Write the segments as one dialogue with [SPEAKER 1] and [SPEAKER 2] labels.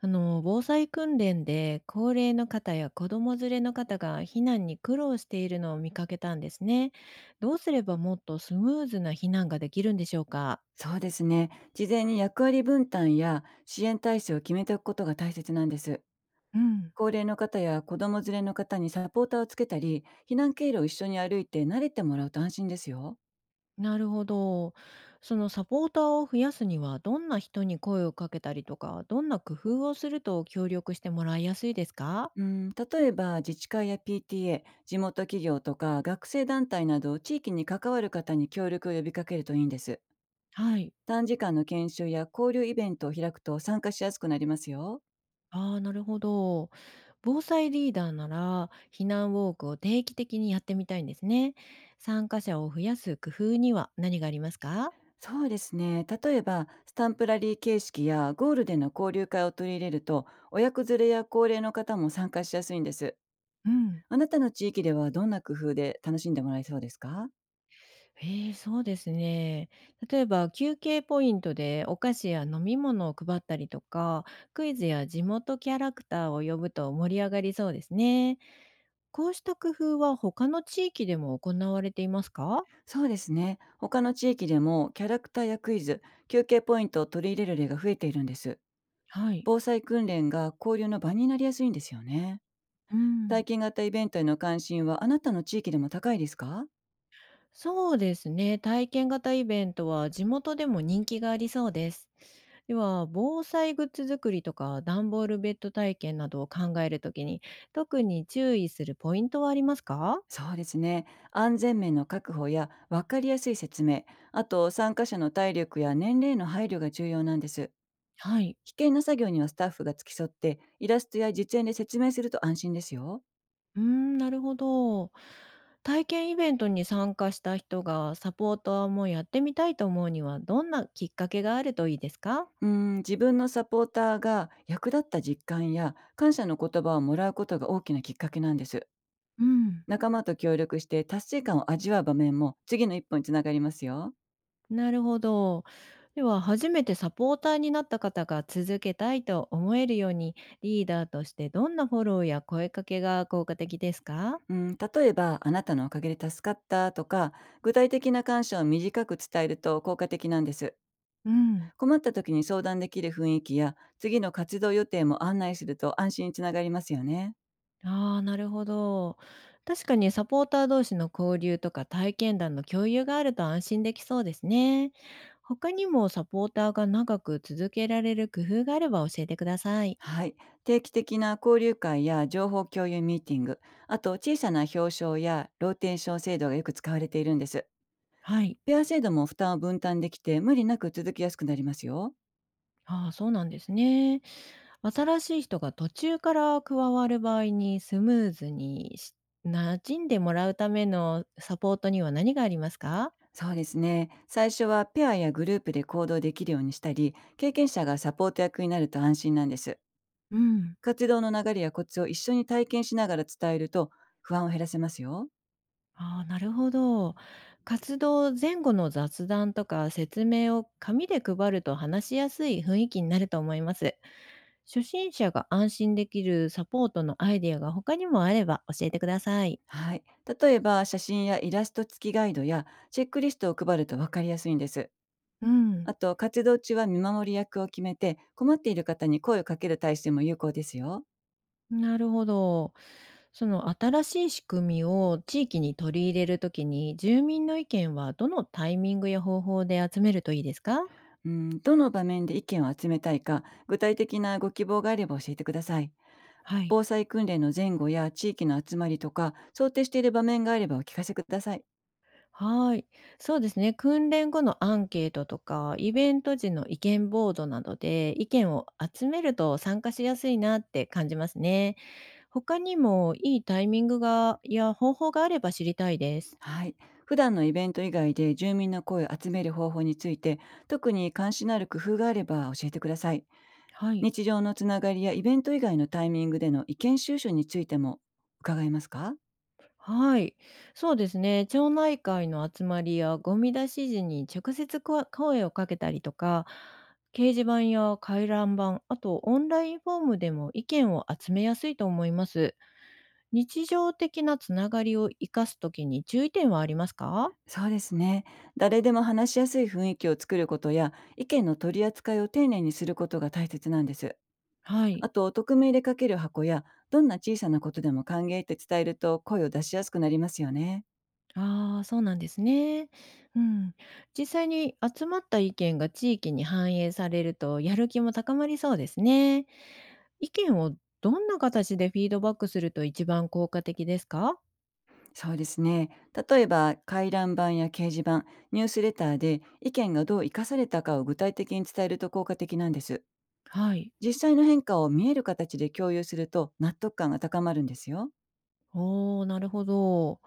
[SPEAKER 1] あの防災訓練で高齢の方や子供連れの方が避難に苦労しているのを見かけたんですね。どうすればもっとスムーズな避難ができるんでしょうか？
[SPEAKER 2] そうですね。事前に役割分担や支援体制を決めておくことが大切なんです。
[SPEAKER 1] うん、
[SPEAKER 2] 高齢の方や子供連れの方にサポーターをつけたり、避難経路を一緒に歩いて慣れてもらうと安心ですよ。
[SPEAKER 1] なるほど。そのサポーターを増やすにはどんな人に声をかけたりとか、どんな工夫をすると協力してもらいやすいですか？
[SPEAKER 2] うん、例えば自治会や PTA、地元企業とか学生団体など地域に関わる方に協力を呼びかけるといいんです。
[SPEAKER 1] はい。
[SPEAKER 2] 短時間の研修や交流イベントを開くと参加しやすくなりますよ。
[SPEAKER 1] ああ、なるほど。防災リーダーなら、避難ウォークを定期的にやってみたいんですね。参加者を増やす工夫には何がありますか？
[SPEAKER 2] そうですね。例えば、スタンプラリー形式やゴールでの交流会を取り入れると、親子連れや高齢の方も参加しやすいんです。
[SPEAKER 1] うん、
[SPEAKER 2] あなたの地域ではどんな工夫で楽しんでもらえそうですか？
[SPEAKER 1] ええ、そうですね。例えば休憩ポイントでお菓子や飲み物を配ったりとか、クイズや地元キャラクターを呼ぶと盛り上がりそうですね。こうした工夫は他の地域でも行われていますか？
[SPEAKER 2] そうですね。他の地域でもキャラクターやクイズ、休憩ポイントを取り入れる例が増えているんです。
[SPEAKER 1] はい。
[SPEAKER 2] 防災訓練が交流の場になりやすいんですよね。
[SPEAKER 1] う
[SPEAKER 2] 体
[SPEAKER 1] ん。
[SPEAKER 2] 験型イベントへの関心はあなたの地域でも高いですか？
[SPEAKER 1] そうですね。体験型イベントは地元でも人気がありそうです。では、防災グッズ作りとか段ボールベッド体験などを考えるときに、特に注意するポイントはありますか？
[SPEAKER 2] そうですね。安全面の確保や分かりやすい説明、あと参加者の体力や年齢の配慮が重要なんです。
[SPEAKER 1] はい。
[SPEAKER 2] 危険な作業にはスタッフが付き添って、イラストや実演で説明すると安心ですよ。
[SPEAKER 1] うーん、なるほど。体験イベントに参加した人がサポーターもやってみたいと思うには、どんなきっかけがあるといいですか？
[SPEAKER 2] うーん、自分のサポーターが役立った実感や感謝の言葉をもらうことが大きなきっかけなんです。
[SPEAKER 1] うん。
[SPEAKER 2] 仲間と協力して達成感を味わう場面も次の一歩につながりますよ。
[SPEAKER 1] なるほど。では、初めてサポーターになった方が続けたいと思えるように、リーダーとしてどんなフォローや声かけが効果的ですか？
[SPEAKER 2] うん、例えば、あなたのおかげで助かったとか、具体的な感謝を短く伝えると効果的なんです。
[SPEAKER 1] うん、
[SPEAKER 2] 困った時に相談できる雰囲気や、次の活動予定も案内すると安心につながりますよね。
[SPEAKER 1] ああ、なるほど。確かにサポーター同士の交流とか体験談の共有があると安心できそうですね。他にもサポーターが長く続けられる工夫があれば教えてください。
[SPEAKER 2] はい。定期的な交流会や情報共有ミーティング、あと小さな表彰やローテーション制度がよく使われているんです。
[SPEAKER 1] はい。
[SPEAKER 2] ペア制度も負担を分担できて無理なく続きやすくなりますよ。
[SPEAKER 1] ああ、そうなんですね。新しい人が途中から加わる場合にスムーズにし、馴染んでもらうためのサポートには何がありますか？
[SPEAKER 2] そうですね。最初はペアやグループで行動できるようにしたり、経験者がサポート役になると安心なんです。
[SPEAKER 1] うん。
[SPEAKER 2] 活動の流れやコツを一緒に体験しながら伝えると不安を減らせますよ。
[SPEAKER 1] ああ、なるほど。活動前後の雑談とか説明を紙で配ると話しやすい雰囲気になると思います。初心者が安心できるサポートのアイデアが他にもあれば教えてください。
[SPEAKER 2] はい。例えば、写真やイラスト付きガイドやチェックリストを配ると分かりやすいんです。
[SPEAKER 1] うん、
[SPEAKER 2] あと、活動中は見守り役を決めて、困っている方に声をかける体制も有効ですよ。
[SPEAKER 1] なるほど。その新しい仕組みを地域に取り入れるときに、住民の意見はどのタイミングや方法で集めるといいですか？
[SPEAKER 2] うん、どの場面で意見を集めたいか、具体的なご希望があれば教えてください。
[SPEAKER 1] はい。
[SPEAKER 2] 防災訓練の前後や地域の集まりとか、想定している場面があればお聞かせください。
[SPEAKER 1] はい。そうですね。訓練後のアンケートとか、イベント時の意見ボードなどで意見を集めると参加しやすいなって感じますね。他にもいいタイミングが、いや、方法があれば知りたいです。
[SPEAKER 2] はい。普段のイベント以外で住民の声を集める方法について、特に関心のある工夫があれば教えてください。
[SPEAKER 1] はい。
[SPEAKER 2] 日常のつながりやイベント以外のタイミングでの意見収集についても伺えますか？
[SPEAKER 1] はい。そうですね。町内会の集まりやゴミ出し時に直接声をかけたりとか、掲示板や回覧板、あとオンラインフォームでも意見を集めやすいと思います。日常的なつながりを生かすときに注意点はありますか？
[SPEAKER 2] そうですね。誰でも話しやすい雰囲気を作ることや、意見の取り扱いを丁寧にすることが大切なんです。
[SPEAKER 1] は
[SPEAKER 2] あ
[SPEAKER 1] い。
[SPEAKER 2] と、匿名でかける箱や、どんな小さなことでも歓迎って伝えると声を出しやすくなりますよね。
[SPEAKER 1] ああ、そうなんですね。うん。実際に集まった意見が地域に反映されるとやる気も高まりそうですね。意見をどんな形でフィードバックすると一番効果的ですか？
[SPEAKER 2] そうですね。例えば、回覧板や掲示板、ニュースレターで意見がどう生かされたかを具体的に伝えると効果的なんです。
[SPEAKER 1] はい。
[SPEAKER 2] 実際の変化を見える形で共有すると納得感が高まるんですよ。
[SPEAKER 1] おおー、なるほど。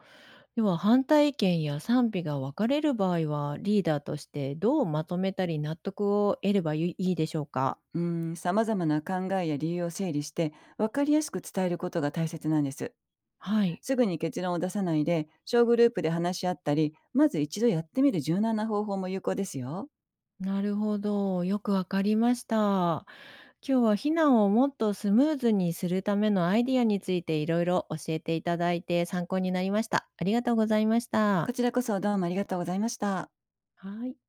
[SPEAKER 1] では反対意見や賛否が分かれる場合は、リーダーとしてどうまとめたり納得を得ればいいでしょうか？
[SPEAKER 2] うーん、様々な考えや理由を整理して分かりやすく伝えることが大切なんです。
[SPEAKER 1] はい。
[SPEAKER 2] すぐに結論を出さないで、小グループで話し合ったり、まず一度やってみる柔軟な方法も有効ですよ。
[SPEAKER 1] なるほど。よくわかりました。今日は避難をもっとスムーズにするためのアイディアについていろいろ教えていただいて参考になりました。ありがとうございました。
[SPEAKER 2] こちらこそどうもありがとうございました。
[SPEAKER 1] はい。